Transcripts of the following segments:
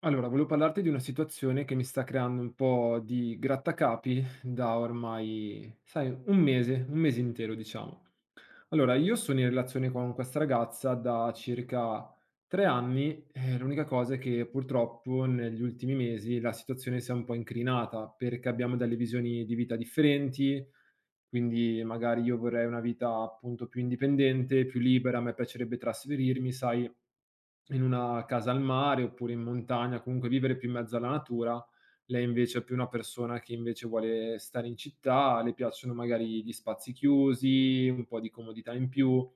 Allora, volevo parlarti di una situazione che mi sta creando un po' di grattacapi da ormai, sai, un mese intero, diciamo. Allora, io sono in relazione con questa ragazza da circa 3 anni, l'unica cosa è che purtroppo negli ultimi mesi la situazione si è un po' incrinata perché abbiamo delle visioni di vita differenti, quindi magari io vorrei una vita appunto più indipendente, più libera, a me piacerebbe trasferirmi, sai, in una casa al mare oppure in montagna, comunque vivere più in mezzo alla natura. Lei invece è più una persona che invece vuole stare in città, le piacciono magari gli spazi chiusi, un po' di comodità in più.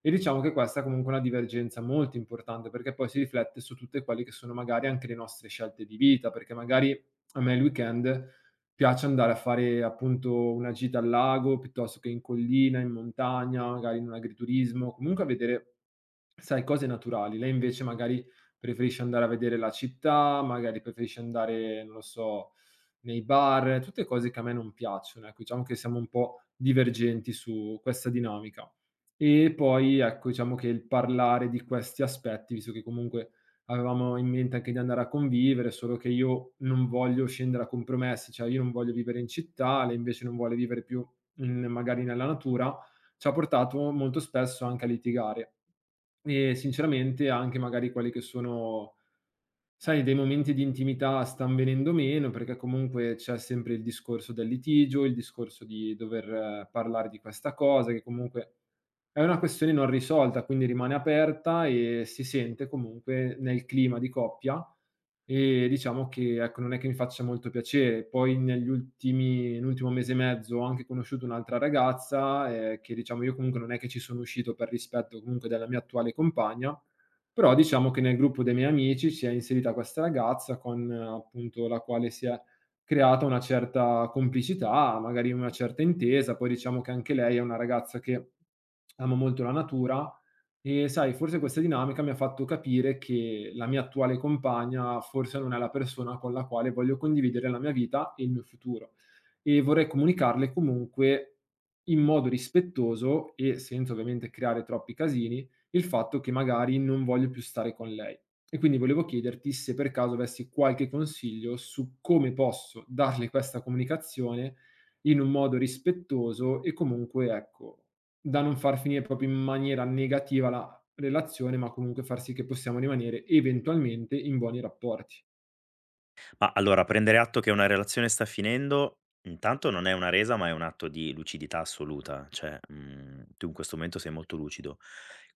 E diciamo che questa è comunque una divergenza molto importante, perché poi si riflette su tutte quelle che sono magari anche le nostre scelte di vita, perché magari a me il weekend piace andare a fare appunto una gita al lago, piuttosto che in collina, in montagna, magari in un agriturismo, comunque a vedere, sai, cose naturali. Lei invece magari preferisce andare a vedere la città, magari preferisce andare, non lo so, nei bar, tutte cose che a me non piacciono, ecco. Diciamo che siamo un po' divergenti su questa dinamica. E poi, ecco, diciamo che il parlare di questi aspetti, visto che comunque avevamo in mente anche di andare a convivere, solo che io non voglio scendere a compromessi, cioè io non voglio vivere in città, lei invece non vuole vivere più in magari nella natura, ci ha portato molto spesso anche a litigare. E sinceramente anche magari quelli che sono, sai, dei momenti di intimità stan venendo meno, perché comunque c'è sempre il discorso del litigio, il discorso di dover parlare di questa cosa, che comunque è una questione non risolta, quindi rimane aperta e si sente comunque nel clima di coppia, e diciamo che, ecco, non è che mi faccia molto piacere. Poi negli ultimi l'ultimo mese e mezzo ho anche conosciuto un'altra ragazza, che diciamo io comunque non è che ci sono uscito per rispetto comunque della mia attuale compagna, però diciamo che nel gruppo dei miei amici si è inserita questa ragazza con appunto la quale si è creata una certa complicità, magari una certa intesa. Poi diciamo che anche lei è una ragazza che ama molto la natura e, sai, forse questa dinamica mi ha fatto capire che la mia attuale compagna forse non è la persona con la quale voglio condividere la mia vita e il mio futuro. E vorrei comunicarle comunque in modo rispettoso e senza ovviamente creare troppi casini il fatto che magari non voglio più stare con lei. E quindi volevo chiederti se per caso avessi qualche consiglio su come posso darle questa comunicazione in un modo rispettoso e comunque, ecco, da non far finire proprio in maniera negativa la relazione, ma comunque far sì che possiamo rimanere eventualmente in buoni rapporti. Ma allora, prendere atto che una relazione sta finendo, intanto non è una resa, ma è un atto di lucidità assoluta, cioè, tu in questo momento sei molto lucido.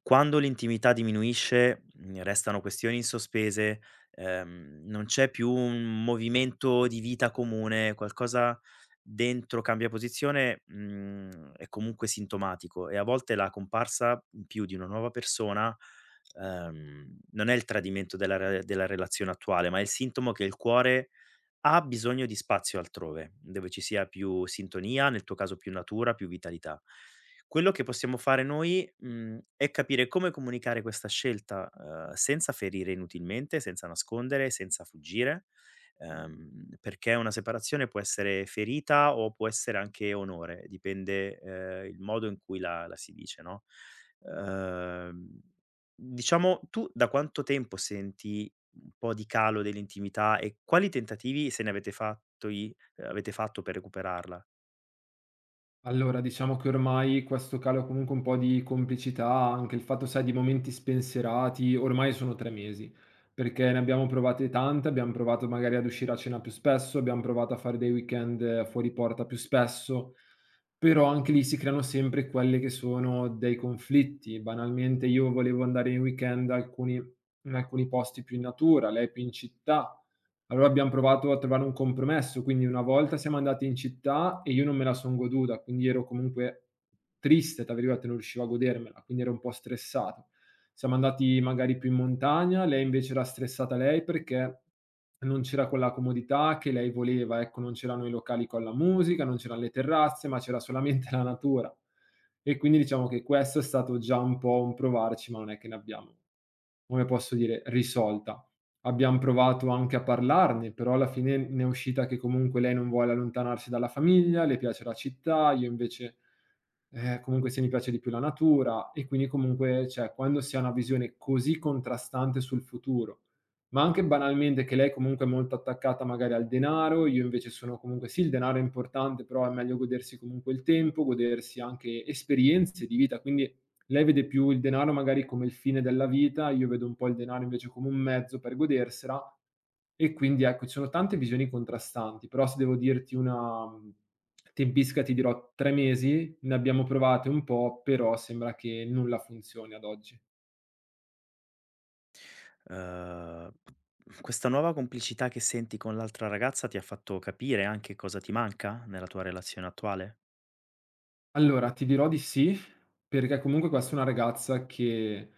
Quando l'intimità diminuisce, restano questioni in sospese, non c'è più un movimento di vita comune, qualcosa dentro cambia posizione, è comunque sintomatico e a volte la comparsa in più di una nuova persona non è il tradimento della relazione attuale, ma è il sintomo che il cuore ha bisogno di spazio altrove, dove ci sia più sintonia, nel tuo caso più natura, più vitalità. Quello che possiamo fare noi, è capire come comunicare questa scelta, senza ferire inutilmente, senza nascondere, senza fuggire, perché una separazione può essere ferita o può essere anche onore, dipende, il modo in cui la si dice, no, uhm, diciamo, tu da quanto tempo senti un po' di calo dell'intimità e quali tentativi, se ne avete fatto per recuperarla? Allora, diciamo che ormai questo calo comunque un po' di complicità, anche il fatto, sai, di momenti spensierati, ormai sono 3 mesi, perché ne abbiamo provate tante, abbiamo provato magari ad uscire a cena più spesso, abbiamo provato a fare dei weekend fuori porta più spesso, però anche lì si creano sempre quelli che sono dei conflitti. Banalmente io volevo andare in weekend in alcuni posti più in natura, lei più in città, allora abbiam provato a trovare un compromesso, quindi una volta siamo andati in città e io non me la son goduta, quindi ero comunque "triste", tra virgolette, non riuscivo a godermela, quindi ero un po' stressato. Siamo andati magari più in montagna, lei invece era stressata lei perché non c'era quella comodità che lei voleva, ecco, non c'erano i locali con la musica, non c'eran le terrazze, ma c'era solamente la natura. E quindi diciamo che questo è stato già un po' un provarci, ma non è che ne abbiamo, come posso dire, risolta. Abbiam provato anche a parlarne, però alla fine ne è uscita che comunque lei non vuole allontanarsi dalla famiglia, le piace la città, io invece, comunque sì, mi piace di più la natura e quindi comunque cioè, quando si ha una visione così contrastante sul futuro, ma anche banalmente che lei comunque è molto attaccata magari al denaro, io invece sono comunque sì, il denaro è importante, però è meglio godersi comunque il tempo, godersi anche esperienze di vita, quindi lei vede più il denaro magari come il fine della vita, io vedo un po' il denaro invece come un mezzo per godersela, e quindi ecco, ci sono tante visioni contrastanti, però se devo dirti una tempistica ti dirò 3 mesi, ne abbiamo provate un po', però sembra che nulla funzioni ad oggi. Uhm, Questa nuova complicità che senti con l'altra ragazza ti ha fatto capire anche cosa ti manca nella tua relazione attuale? Allora, ti dirò di sì, perché comunque questa è una ragazza che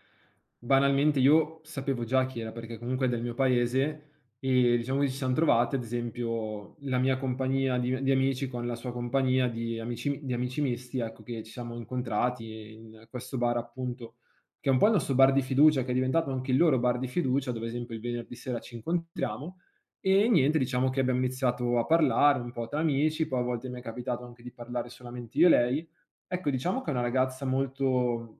banalmente io sapevo già chi era, perché comunque è del mio paese e diciamo che ci siam trovate, ad esempio, la mia compagnia di amici con la sua compagnia di amici misti, ecco, che ci siamo incontrati in questo bar appunto, che è un po' il nostro bar di fiducia, che è diventato anche il loro bar di fiducia, dove ad esempio il venerdì sera ci incontriamo. E niente, diciamo che abbiamo iniziato a parlare un po' tra amici, poi a volte mi è capitato anche di parlare solamente io e lei. Ecco, diciamo che è una ragazza molto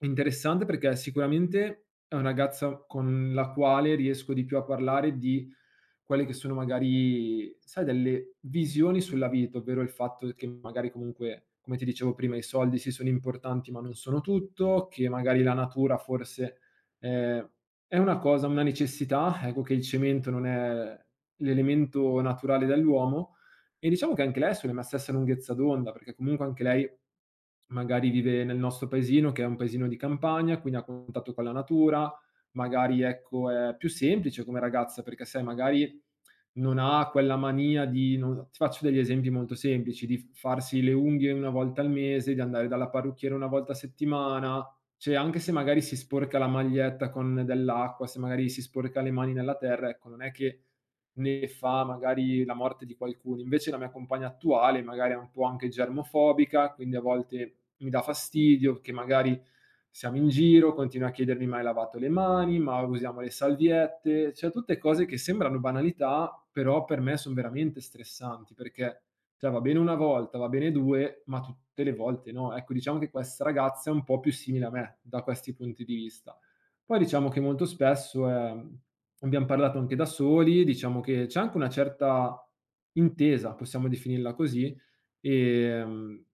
interessante perché sicuramente è una ragazza con la quale riesco di più a parlare di quelle che sono magari, sai, delle visioni sulla vita, ovvero il fatto che magari comunque, come ti dicevo prima, i soldi sì sono importanti ma non sono tutto, che magari la natura forse, ehm, è una cosa, una necessità, ecco, che il cemento non è l'elemento naturale dell'uomo, e diciamo che anche lei è sulla mia stessa lunghezza d'onda, perché comunque anche lei magari vive nel nostro paesino, che è un paesino di campagna, quindi ha contatto con la natura, magari ecco è più semplice come ragazza, perché sai magari non ha quella mania di, non ti faccio degli esempi molto semplici, di f farsi le unghie 1 volta al mese, di andare dalla parrucchiera 1 volta a settimana, cioè anche se magari si sporca la maglietta con dell'acqua, se magari si sporca le mani nella terra, ecco, non è che ne fa magari la morte di qualcuno. Invece la mia compagna attuale magari è un po' anche germofobica, quindi a volte mi dà fastidio che magari siamo in giro, continua a chiedermi: "Ma hai lavato le mani? Ma usiamo le salviette?" Cioè tutte cose che sembrano banalità, però per me son veramente stressanti, perché cioè va bene una volta, va bene 2, ma tutte le volte no. Ecco, diciamo che questa ragazza è un po' più simile a me da questi punti di vista. Poi diciamo che molto spesso, abbiam parlato anche da soli, diciamo che c'è anche una certa intesa, possiamo definirla così, ehm,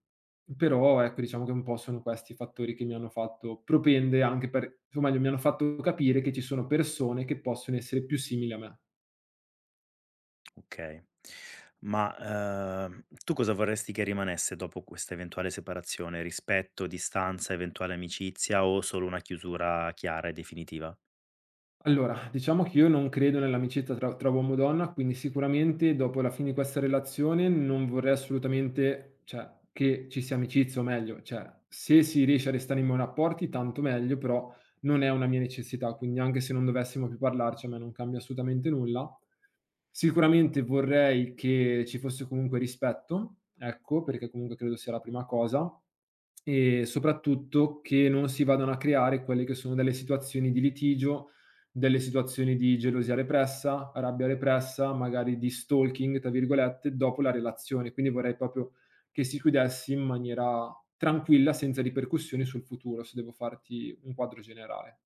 però ecco diciamo che un po' sono questi i fattori che mi hanno fatto propendere anche per, o meglio, mi hanno fatto capire che ci sono persone che possono essere più simili a me. Okay. Ma, tu cosa vorresti che rimanesse dopo questa eventuale separazione? Rispetto, distanza, eventuale amicizia o solo una chiusura chiara e definitiva? Allora, diciamo che io non credo nell'amicizia tra uomo e donna, quindi sicuramente dopo la fine di questa relazione non vorrei assolutamente, cioè, che ci sia amicizia o meglio, cioè, se si riesce a restare in buoni rapporti tanto meglio, però non è una mia necessità, quindi anche se non dovessimo più parlarci a me non cambia assolutamente nulla. Sicuramente vorrei che ci fosse comunque rispetto, ecco, perché comunque credo sia la prima cosa, e soprattutto che non si vadano a creare quelle che sono delle situazioni di litigio, delle situazioni di gelosia repressa, rabbia repressa, magari di "stalking" tra virgolette, dopo la relazione. Quindi vorrei proprio che si chiudesse in maniera tranquilla, senza ripercussioni sul futuro, se devo farti un quadro generale.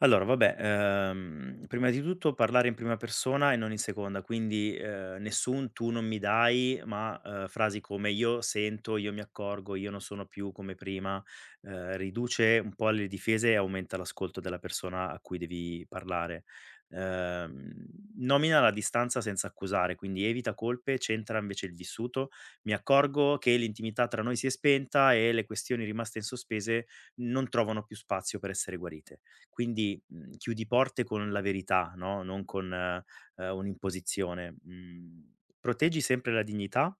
Allora, vabbè, prima di tutto parlare in prima persona e non in seconda, quindi, nessun "tu non mi dai", ma, frasi come: "Io sento, io mi accorgo, io non sono più come prima", riduce un po' le difese e aumenta l'ascolto della persona a cui devi parlare. Ehm, Nomina la distanza senza accusare, quindi evita colpe, centra invece il vissuto: "Mi accorgo che l'intimità tra noi si è spenta e le questioni rimaste in sospese non trovano più spazio per essere guarite". Quindi, chiudi porte con la verità, no, non con, un'imposizione. Mhmm, Proteggi sempre la dignità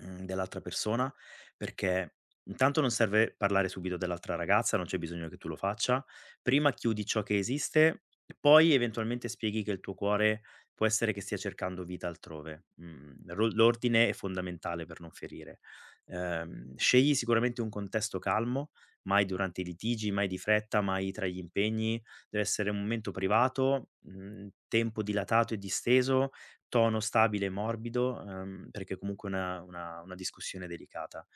Mhmm, dell'altra persona, perché intanto non serve parlare subito dell'altra ragazza, non c'è bisogno che tu lo faccia. Prima chiudi ciò che esiste e poi eventualmente spieghi che il tuo cuore può essere che stia cercando vita altrove. Mhmm, ro L'ordine è fondamentale per non ferire. Scegli sicuramente un contesto calmo, mai durante i litigi, mai di fretta, mai tra gli impegni. Deve essere un momento privato, tempo dilatato e disteso, tono stabile e morbido, perché comunque è una discussione delicata.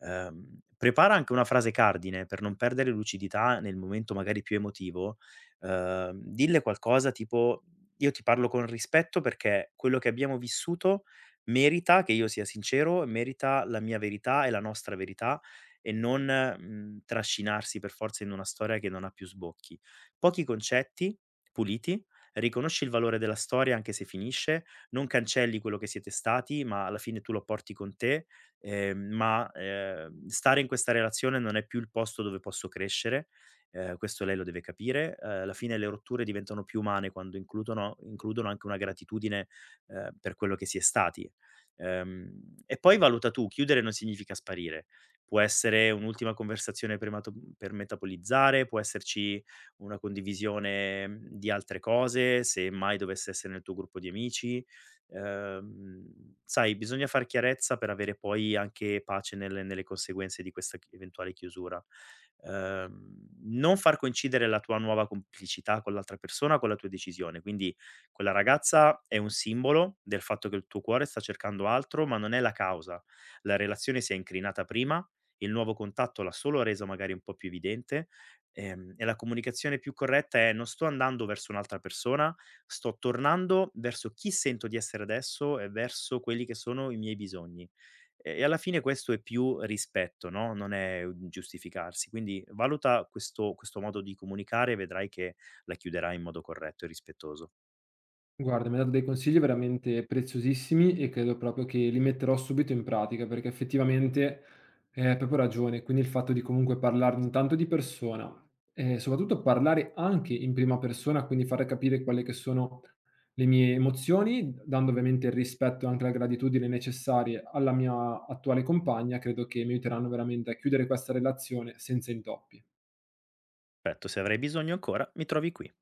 Prepara anche una frase cardine per non perdere lucidità nel momento magari più emotivo, dille qualcosa tipo: "Io ti parlo con rispetto perché quello che abbiamo vissuto merita che io sia sincero, merita la mia verità e la nostra verità", e non, trascinarsi per forza in una storia che non ha più sbocchi. Pochi concetti, puliti, riconosci il valore della storia: anche se finisce, non cancelli quello che siete stati, ma alla fine tu lo porti con te, ma, stare in questa relazione non è più il posto dove posso crescere, questo lei lo deve capire. Alla fine le rotture diventano più umane quando includono anche una gratitudine, per quello che si è stati. E poi valuta tu, chiudere non significa sparire. Può essere un'ultima conversazione per metabolizzare, può esserci una condivisione, di altre cose, se mai dovesse essere nel tuo gruppo di amici. Sai, bisogna far chiarezza per avere poi anche pace nelle conseguenze di questa chi eventuale chiusura. Ehm, Non far coincidere la tua nuova complicità con l'altra persona con la tua decisione. Quindi quella ragazza è un simbolo del fatto che il tuo cuore sta cercando altro, ma non è la causa. La relazione si è incrinata prima, il nuovo contatto l'ha solo reso magari un po' più evidente, e la comunicazione più corretta è: "Non sto andando verso un'altra persona, sto tornando verso chi sento di essere adesso e verso quelli che sono i miei bisogni". E alla fine questo è più rispetto, no? Non è un giustificarsi. Quindi valuta questo, questo modo di comunicare e vedrai che la chiuderai in modo corretto e rispettoso. Guarda, mi hai dato dei consigli veramente preziosissimi e credo proprio che li metterò subito in pratica, perché effettivamente hai proprio ragione. Quindi il fatto di comunque parlarne intanto di persona, e soprattutto parlare anche in prima persona, quindi fare capire quelle che sono le mie emozioni, dando ovviamente il rispetto e anche la gratitudine necessarie alla mia attuale compagna, credo che mi aiuteranno veramente a chiudere questa relazione senza intoppi. Perfetto, se avrai bisogno ancora, mi trovi qui.